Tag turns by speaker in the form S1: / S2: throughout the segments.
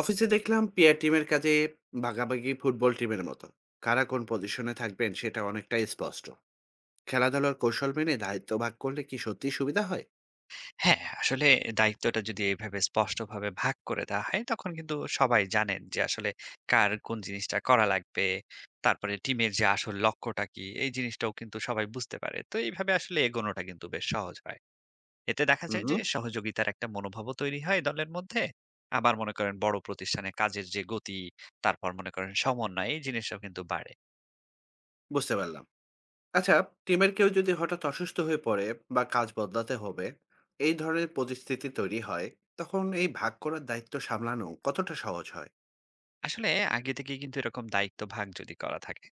S1: অফিসে দেখলাম পিআর টিমের কাজে ভাগাভাগি ফুটবল টিমের মতো। কারা কোন পজিশনে থাকবেন সেটা অনেকটাই স্পষ্ট। খেলাধুলার কৌশল মেনে দায়িত্ব ভাগ করলে কি সত্যি সুবিধা হয়?
S2: হ্যাঁ, আসলে দায়িত্বটা যদি এভাবে স্পষ্টভাবে ভাগ করে দেওয়া হয়, তখন কিন্তু সবাই জানেন যে আসলে কার কোন জিনিসটা করা লাগবে। তারপরে টিমের যে আসল লক্ষ্যটা কি, এই জিনিসটাও কিন্তু সবাই বুঝতে পারে। তো এইভাবে আসলে এগোনোটা কিন্তু বেশ সহজ হয়। এতে দেখা
S1: হুম,
S2: যায় যে
S1: হুম।
S2: সহযোগিতার একটা মনোভাবও তৈরি হয় দলের মধ্যে। আবার মনে করেন বড় প্রতিষ্ঠানে কাজের যে গতি, তারপর মনে করেন সমন্বয়, এই জিনিসটাও কিন্তু বাড়ে।
S1: বুঝতে পারলাম। আচ্ছা, টিমের কেউ যদি হঠাৎ অসুস্থ হয়ে পড়ে বা কাজ বদলাতে হবে, এই ধরনের পরিস্থিতি তৈরি হয়, তখন এই ভাগ করার দায়িত্ব সামলানো কতটা সহজ হয়?
S2: আসলে আগে থেকেই কিন্তু এরকম দায়িত্ব ভাগ যদি করা থাকে,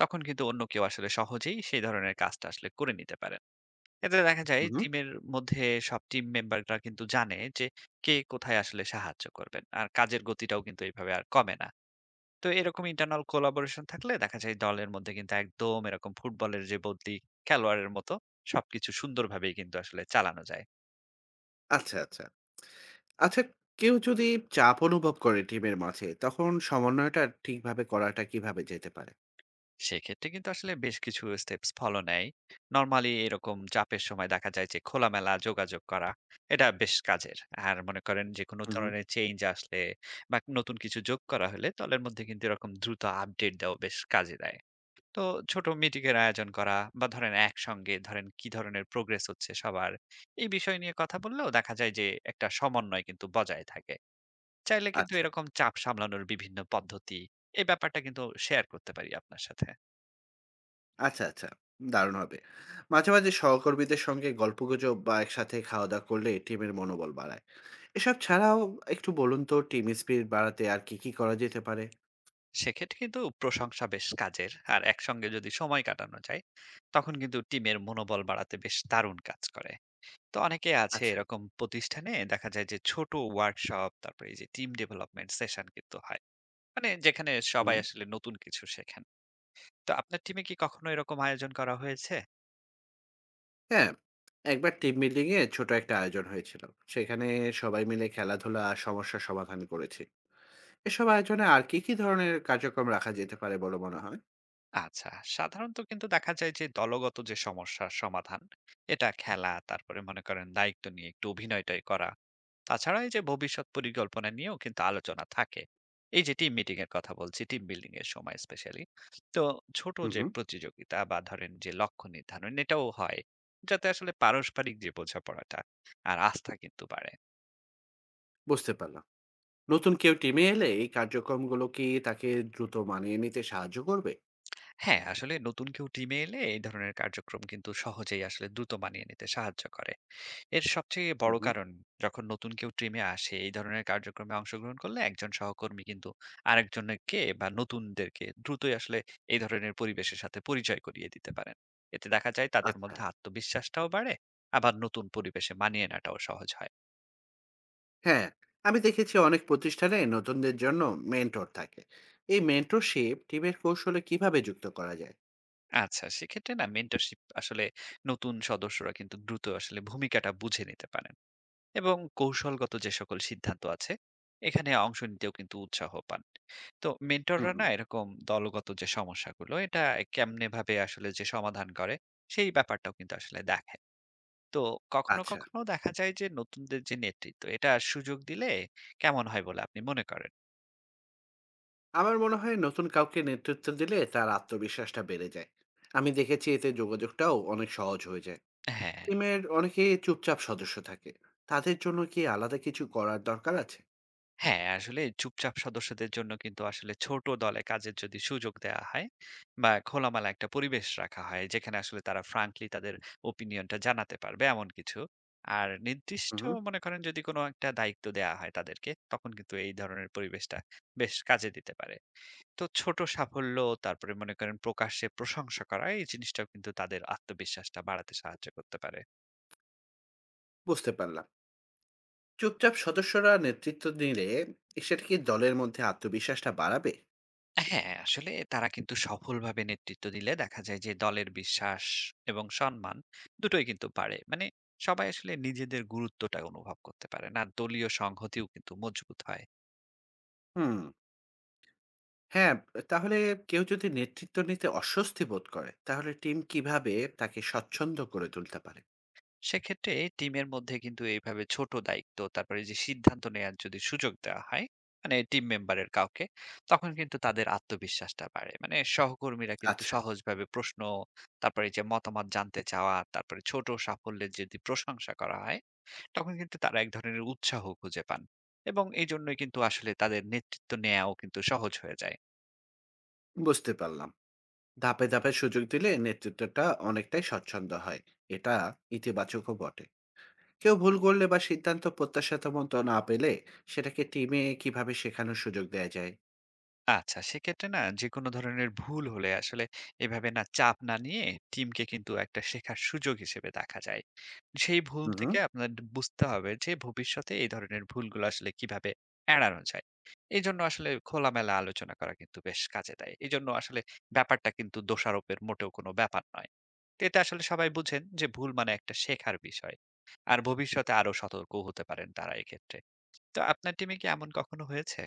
S2: তখন কিন্তু অন্য কেউ আসলে সহজেই সেই ধরনের কাজটা আসলে করে নিতে পারে। এতে দেখা যায়
S1: হুম।
S2: টিমের মধ্যে সব টিম মেম্বাররা কিন্তু জানে যে কে কোথায় আসলে সাহায্য করবেন। আর কাজের গতিটাও কিন্তু এইভাবে আর কমে না। তো এরকম ইন্টারনাল কোলাবোরেশন থাকলে দেখা যায় দলের মধ্যে কিন্তু একদম এরকম ফুটবলের যে বদলি খেলোয়াড়ের মতো সবকিছু সুন্দরভাবেই কিন্তু আসলে চালানো যায়।
S1: আচ্ছা, আচ্ছা। আচ্ছা, কেউ যদি চাপ অনুভব করে টিমের মাঝে, তখন সমন্বয়টা ঠিকভাবে করাটা কিভাবে যেতে পারে?
S2: সেক্ষেত্রে কিন্তু আসলে বেশ কিছু স্টেপস ফলো নেয়। নরমালি এরকম চাপের সময় দেখা যায় যে খোলামেলা যোগাযোগ করা এটা বেশ কাজের। আর মনে করেন যে কোনো
S1: হুম।
S2: ধরনের চেঞ্জ আসলে বা নতুন কিছু যোগ করা হলে দলের মধ্যে কিন্তু এরকম দ্রুত আপডেট দেওয়া বেশ কাজে দেয়। তো ছোট মিটিং এর আয়োজন করা বা ধরেন একসঙ্গে ধরেন কি ধরনের প্রোগ্রেস হচ্ছে সবার এই বিষয় নিয়ে কথা বললেও দেখা যায় যে একটা সমন্বয় কিন্তু বজায় থাকে। চাইলে কিন্তু
S1: আচ্ছা,
S2: এরকম চাপ সামলানোর বিভিন্ন পদ্ধতি এই ব্যাপারটা কিন্তু শেয়ার করতে পারি আপনার সাথে।
S1: আচ্ছা, আচ্ছা। দারুণ হবে। মাঝে, মাঝে সহকর্মীদের সঙ্গে গল্পগুজব বা একসাথে খাওয়া-দাওয়া করলে টিমের মনোবল বাড়ায়। এসব ছাড়াও একটু বলুন তো, টিম স্পিরিট বাড়াতে আর কি, কি করা যেতে পারে?
S2: সেক্ষেত্রে কিন্তু প্রশংসা বেশ কাজের আর একসঙ্গে যদি সময় কাটানো যায় তখন কিন্তু টিমের মনোবল বাড়াতে বেশ দারুণ কাজ করে। তো অনেকে আছে
S1: আচ্ছা,
S2: এরকম প্রতিষ্ঠানে দেখা যায় যে ছোট ওয়ার্কশপ তারপরে এই যে টিম ডেভেলপমেন্ট সেশন কিন্তু হয়, মানে যেখানে সবাই
S1: হুম।
S2: আসলে নতুন কিছু শেখেন। তো আপনার টিমে কি কখনো এরকম আয়োজন করা হয়েছে?
S1: হ্যাঁ, একবার টিম মিটিং এ ছোট একটা আয়োজন হয়েছিল। সেখানে সবাই মিলে খেলাধুলা আর সমস্যা সমাধান করেছি। এসব আয়োজনে আর কি, কি ধরনের কার্যক্রম রাখা যেতে পারে বলে মনে হয়?
S2: আচ্ছা, সাধারণত কিন্তু দেখা যায় যে দলগত যে সমস্যার সমাধান এটা খেলা, তারপরে মনে করেন দায়িত্ব নিয়ে একটু অভিনয়টাই করা। তাছাড়া এই যে ভবিষ্যৎ পরিকল্পনা নিয়েও কিন্তু আলোচনা থাকে এই যে টিম মিটিং এর কথা বলছি টিম বিল্ডিং এর সময় স্পেশালি। তো ছোট
S1: হুম,
S2: যে
S1: হুম।
S2: প্রতিযোগিতা বা ধরেন যে লক্ষ্য নির্ধারণ এটাও হয় যাতে আসলে পারস্পরিক যে বোঝাপড়াটা আর আস্থা কিন্তু বাড়ে।
S1: বুঝতে পারলাম। নতুন কেউ টিমে এলে এই কার্যক্রমগুলো কি তাকে দ্রুত মানিয়ে নিতে সাহায্য করবে?
S2: হ্যাঁ, আসলে নতুন কেউ টিমে এলে এই ধরনের কার্যক্রম কিন্তু সহজেই আসলে দ্রুত মানিয়ে নিতে সাহায্য করে। এর সবচেয়ে
S1: হুম,
S2: বড়
S1: হুম।
S2: কারণ যখন নতুন কেউ টিমে আসে এই ধরনের কার্যক্রমে অংশগ্রহণ করলে একজন সহকর্মী কিন্তু আরেকজনকে বা নতুনদেরকে দ্রুতই আসলে এই ধরনের পরিবেশের সাথে পরিচয় করিয়ে দিতে পারেন। এতে দেখা যায় তাদের
S1: আচ্ছা।
S2: মধ্যে আত্মবিশ্বাসটাও বাড়ে। আবার নতুন পরিবেশে মানিয়ে নেওয়াটাও সহজ হয়।
S1: হ্যাঁ, আমি দেখেছি অনেক প্রতিষ্ঠানে নতুনদের জন্য মেন্টর থাকে। এই মেন্টরশিপ টিমের কৌশলে কিভাবে যুক্ত করা যায়?
S2: আচ্ছা, সেক্ষেত্রে না মেন্টরশিপ আসলে নতুন সদস্যরা কিন্তু দ্রুত আসলে ভূমিকাটা বুঝে নিতে পারে। এবং কৌশলগত যে সকল সিদ্ধান্ত আছে এখানে অংশ নিতেও কিন্তু উৎসাহ পান। তো
S1: হুম,
S2: মেন্টররা না
S1: হুম।
S2: এরকম দলগত যে সমস্যাগুলো এটা কেমনে ভাবে আসলে যে সমাধান করে সেই ব্যাপারটাও কিন্তু আসলে দেখে। তো কখনো
S1: আচ্ছা,
S2: কখনো দেখা যায় যে নতুনদের যে নেতৃত্ব এটা সুযোগ দিলে কেমন হয় বলে আপনি মনে করেন?
S1: আমার মনে হয় নতুন কাউকে নেতৃত্ব দিলে তার আত্মবিশ্বাসটা বেড়ে যায়। আমি দেখেছি এতে যোগাযোগটাও অনেক সহজ হয়ে যায়।
S2: হ্যাঁ।
S1: টিমের অনেকে চুপচাপ সদস্য থাকে। তাদের জন্য কি আলাদা কিছু করার দরকার আছে?
S2: হ্যাঁ, আসলে চুপচাপ সদস্যদের জন্য কিন্তু আসলে ছোট দলে কাজের যদি সুযোগ দেয়া হয় বা খোলামেলা একটা পরিবেশ রাখা হয় যেখানে আসলে তারা ফ্রাঙ্কলি তাদের ওপিনিয়নটা জানাতে পারবে এমন কিছু। আর
S1: হুম,
S2: নির্দিষ্ট
S1: হুম।
S2: মনে করেন যদি কোনো একটা দায়িত্ব দেয়া হয় তাদেরকে তখন কিন্তু এই ধরনের পরিবেশটা বেশ কাজে দিতে পারে। তো ছোট সাফল্য তারপরে মনে করেন প্রকাশ্যে প্রশংসা করা এই জিনিসটাও কিন্তু তাদের আত্মবিশ্বাসটা বাড়াতে সাহায্য করতে পারে।
S1: বুঝতে পারলাম। চুপচাপ সদস্যরা নেতৃত্ব দিলে সেটা কি দলের মধ্যে আত্মবিশ্বাসটা বাড়াবে?
S2: হ্যাঁ, আসলে তারা কিন্তু সফলভাবে নেতৃত্ব দিলে দেখা যায় যে দলের বিশ্বাস এবং সম্মান দুটোই কিন্তু বাড়ে। মানে সবাই আসলে নিজেদের গুরুত্বটা অনুভব করতে পারে না দলীয় সংহতিও কিন্তু মজবুত হয়।
S1: হুম। হ্যাঁ, তাহলে কেউ যদি নেতৃত্ব নিতে অস্বস্তি বোধ করে, তাহলে টিম কিভাবে তাকে স্বচ্ছন্দ করে তুলতে পারে?
S2: সেক্ষেত্রে টিমের মধ্যে কিন্তু এইভাবে ছোট দায়িত্ব তারপরে যে সিদ্ধান্ত নেয়ার যদি সুযোগ দেওয়া হয়, মানে টিম মেম্বারের কাউকে, তখন কিন্তু তাদের আত্মবিশ্বাসটা বাড়ে। মানে সহকর্মীরা কিন্তু
S1: আচ্ছা,
S2: সহজভাবে প্রশ্ন তারপরে যে মতামত জানতে চাওয়া তারপরে ছোট সাফল্যের যদি প্রশংসা করা হয় তখন কিন্তু তারা এক ধরনের উৎসাহ খুঁজে পান। এবং এই জন্যই কিন্তু আসলে তাদের নেতৃত্ব নেওয়াও কিন্তু সহজ হয়ে যায়।
S1: বুঝতে পারলাম। ধাপে, ধাপে সুযোগ দিলে নেতৃত্বটা অনেকটাই স্বচ্ছন্দ হয়। এটা ইতিবাচকও বটে। কেউ ভুল করলে বা সিদ্ধান্ত প্রত্যাশামত না পেলে, সেটাকে টিমে কিভাবে শেখানোর সুযোগ দেয়া যায়?
S2: আচ্ছা, সেক্ষেত্রে না যেকোনো ধরনের ভুল হলে আসলে এভাবে না চাপ না নিয়ে টিমকে কিন্তু একটা শেখার সুযোগ হিসেবে দেখা যায়। সেই ভুল
S1: হুম, হুম।
S2: থেকে আপনার বুঝতে হবে যে ভবিষ্যতে এই ধরনের ভুলগুলো আসলে কিভাবে এড়ানো যায়। এজন্য আসলে খোলামেলা আলোচনা করা কিন্তু বেশ কাজে দেয়। এজন্য আসলে ব্যাপারটা কিন্তু দোষারোপের মোটেও কোনো ব্যাপার নয়। তো এটা আসলে সবাই বুঝেন যে ভুল মানে একটা শেখার বিষয়। আর ভবিষ্যতে আরো সতর্কও হতে পারেন তারা এক্ষেত্রে। তো আপনার টিমে কি এমন কখনো হয়েছে?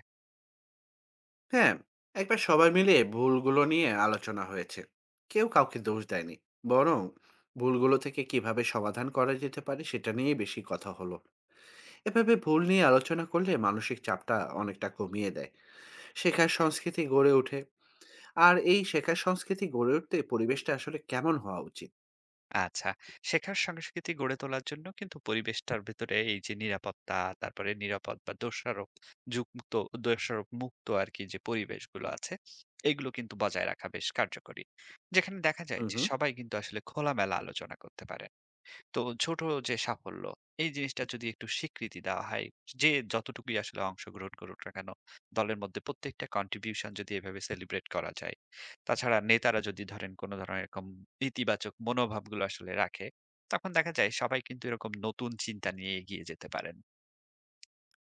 S1: হ্যাঁ, একবার সবাই মিলে ভুলগুলো নিয়ে আলোচনা হয়েছে। কেউ কাউকে দোষ দেয়নি। বরং ভুলগুলো থেকে কিভাবে সমাধান করা যেতে পারে সেটা নিয়েই বেশি কথা হলো। এভাবে ভুল নিয়ে আলোচনা করলে মানসিক চাপটা অনেকটা কমিয়ে দেয়। শেখার সংস্কৃতি গড়ে ওঠে। আর এই শেখার সংস্কৃতি গড়ে উঠতে পরিবেশটা আসলে কেমন হওয়া উচিত?
S2: আচ্ছা। শেখার সংস্কৃতি গড়ে তোলার জন্য কিন্তু পরিবেশটার ভেতরে এই যে নিরাপত্তা, তারপরে নিরাপদ বা দোষারোপ যুক্ত দোষারোপ মুক্ত আরকি যে পরিবেশগুলো আছে, এগুলো কিন্তু বজায় রাখা বেশ কার্যকরী। যেখানে দেখা যায়
S1: হুম,
S2: যে
S1: হুম।
S2: সবাই কিন্তু আসলে খোলামেলা আলোচনা করতে পারে। তো ছোট যে সাফল্য এই জিনিসটা যদি একটু স্বীকৃতি দেওয়া হয় যে যতটুকুই আসলে অংশগ্রহণ করুক না কেন দলের মধ্যে প্রত্যেকটা কন্ট্রিবিউশন যদি এভাবে সেলিব্রেট করা যায়, তাছাড়া নেতারা যদি ধরেন কোনো ধরনের এরকম ইতিবাচক মনোভাবগুলো আসলে রাখে, তখন দেখা যায় সবাই কিন্তু এরকম নতুন চিন্তা নিয়ে এগিয়ে যেতে পারেন।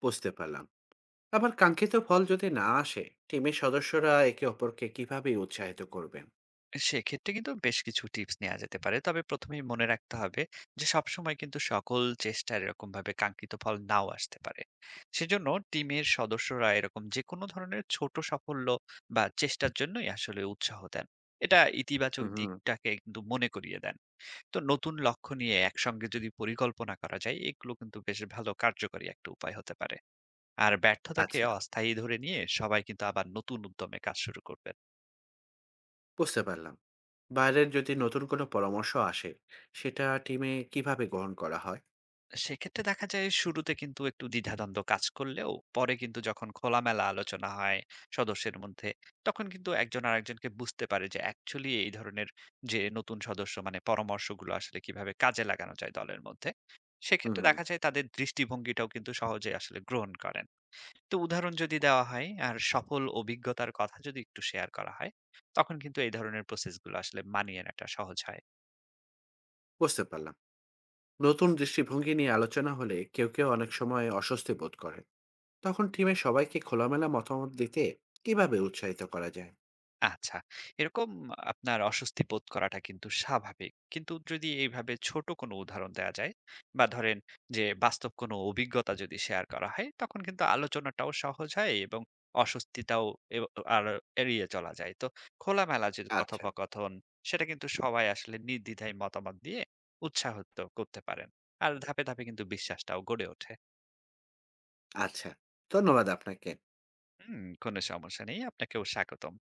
S1: বুঝতে পারলাম। আবার কাঙ্ক্ষিত ফল যদি না আসে, টিমের সদস্যরা একে অপরকে কিভাবে উৎসাহিত করবেন?
S2: সেক্ষেত্রে কিন্তু বেশ কিছু টিপস নেওয়া যেতে পারে। তবে ১ম এই মনে রাখতে হবে যে সবসময় কিন্তু সকল চেষ্টার এরকমভাবে কাঙ্ক্ষিত ফল নাও আসতে পারে। সেজন্য টিমের সদস্যরা এরকম যেকোনো ধরনের ছোট সাফল্য বা চেষ্টার জন্যই আসলে উৎসাহ দেন। এটা ইতিবাচক
S1: হুম, হুম।
S2: দিকটাকে কিন্তু মনে করিয়ে দেন। তো নতুন লক্ষ্য নিয়ে একসঙ্গে যদি পরিকল্পনা করা যায় এগুলো কিন্তু বেশ ভালো কার্যকরী একটা উপায় হতে পারে। আর ব্যর্থতাকে
S1: আচ্ছা,
S2: অস্থায়ী ধরে নিয়ে সবাই কিন্তু আবার নতুন উদ্যমে কাজ শুরু করবে।
S1: বুঝতে পারলাম। বাইরের যদি নতুন কোনো পরামর্শ আসে সেটা টিমে কিভাবে গ্রহণ করা হয়?
S2: সেক্ষেত্রে দেখা যায় শুরুতে কিন্তু একটু দ্বিধাদ্বন্দ্ব কাজ করলেও পরে কিন্তু যখন খোলামেলা আলোচনা হয় সদস্যের মধ্যে তখন কিন্তু একজন আরেকজনকে বুঝতে পারে যে অ্যাকচুয়ালি এই ধরনের যে নতুন সদস্য মানে পরামর্শগুলো আসলে কিভাবে কাজে লাগানো যায় দলের মধ্যে। সেক্ষেত্রে
S1: হুম।
S2: দেখা যায় তাদের দৃষ্টিভঙ্গিটাও কিন্তু সহজে আসলে গ্রহণ করেন। তো উদাহরণ যদি দেওয়া হয় আর সফল অভিজ্ঞতার কথা যদি একটু শেয়ার করা হয় তখন কিন্তু এই ধরনের প্রসেসগুলো আসলে মানিয়ে নেওয়াটা সহজ হয়।
S1: বুঝতে পারলাম। নতুন দৃষ্টিভঙ্গি নিয়ে আলোচনা হলে কেউ কেউ অনেক সময় অস্বস্তি বোধ করে, তখন টিমে সবাইকে খোলামেলা মতামত দিতে কিভাবে উৎসাহিত করা যায়?
S2: আচ্ছা। এরকম আপনার অস্বস্তি বোধ করাটা কিন্তু স্বাভাবিক। কিন্তু যদি এইভাবে ছোট কোনো উদাহরণ দেয়া যায় বা ধরেন যে বাস্তব কোনো অভিজ্ঞতা যদি শেয়ার করা হয়, তখন কিন্তু আলোচনাটাও সহজ হয় এবং অস্বস্তিটাও এব আর এড়িয়ে চলা যায়। তো খোলামেলা যে
S1: আচ্ছা,
S2: কথোপকথন সেটা কিন্তু সবাই আসলে নির্দ্বিধায় মতামত দিয়ে উৎসাহিত করতে পারেন। আর ধাপে, ধাপে কিন্তু বিশ্বাসটাও গড়ে ওঠে।
S1: আচ্ছা। ধন্যবাদ আপনাকে।
S2: হুম, কোনো সমস্যা নেই। আপনাকেও স্বাগতম।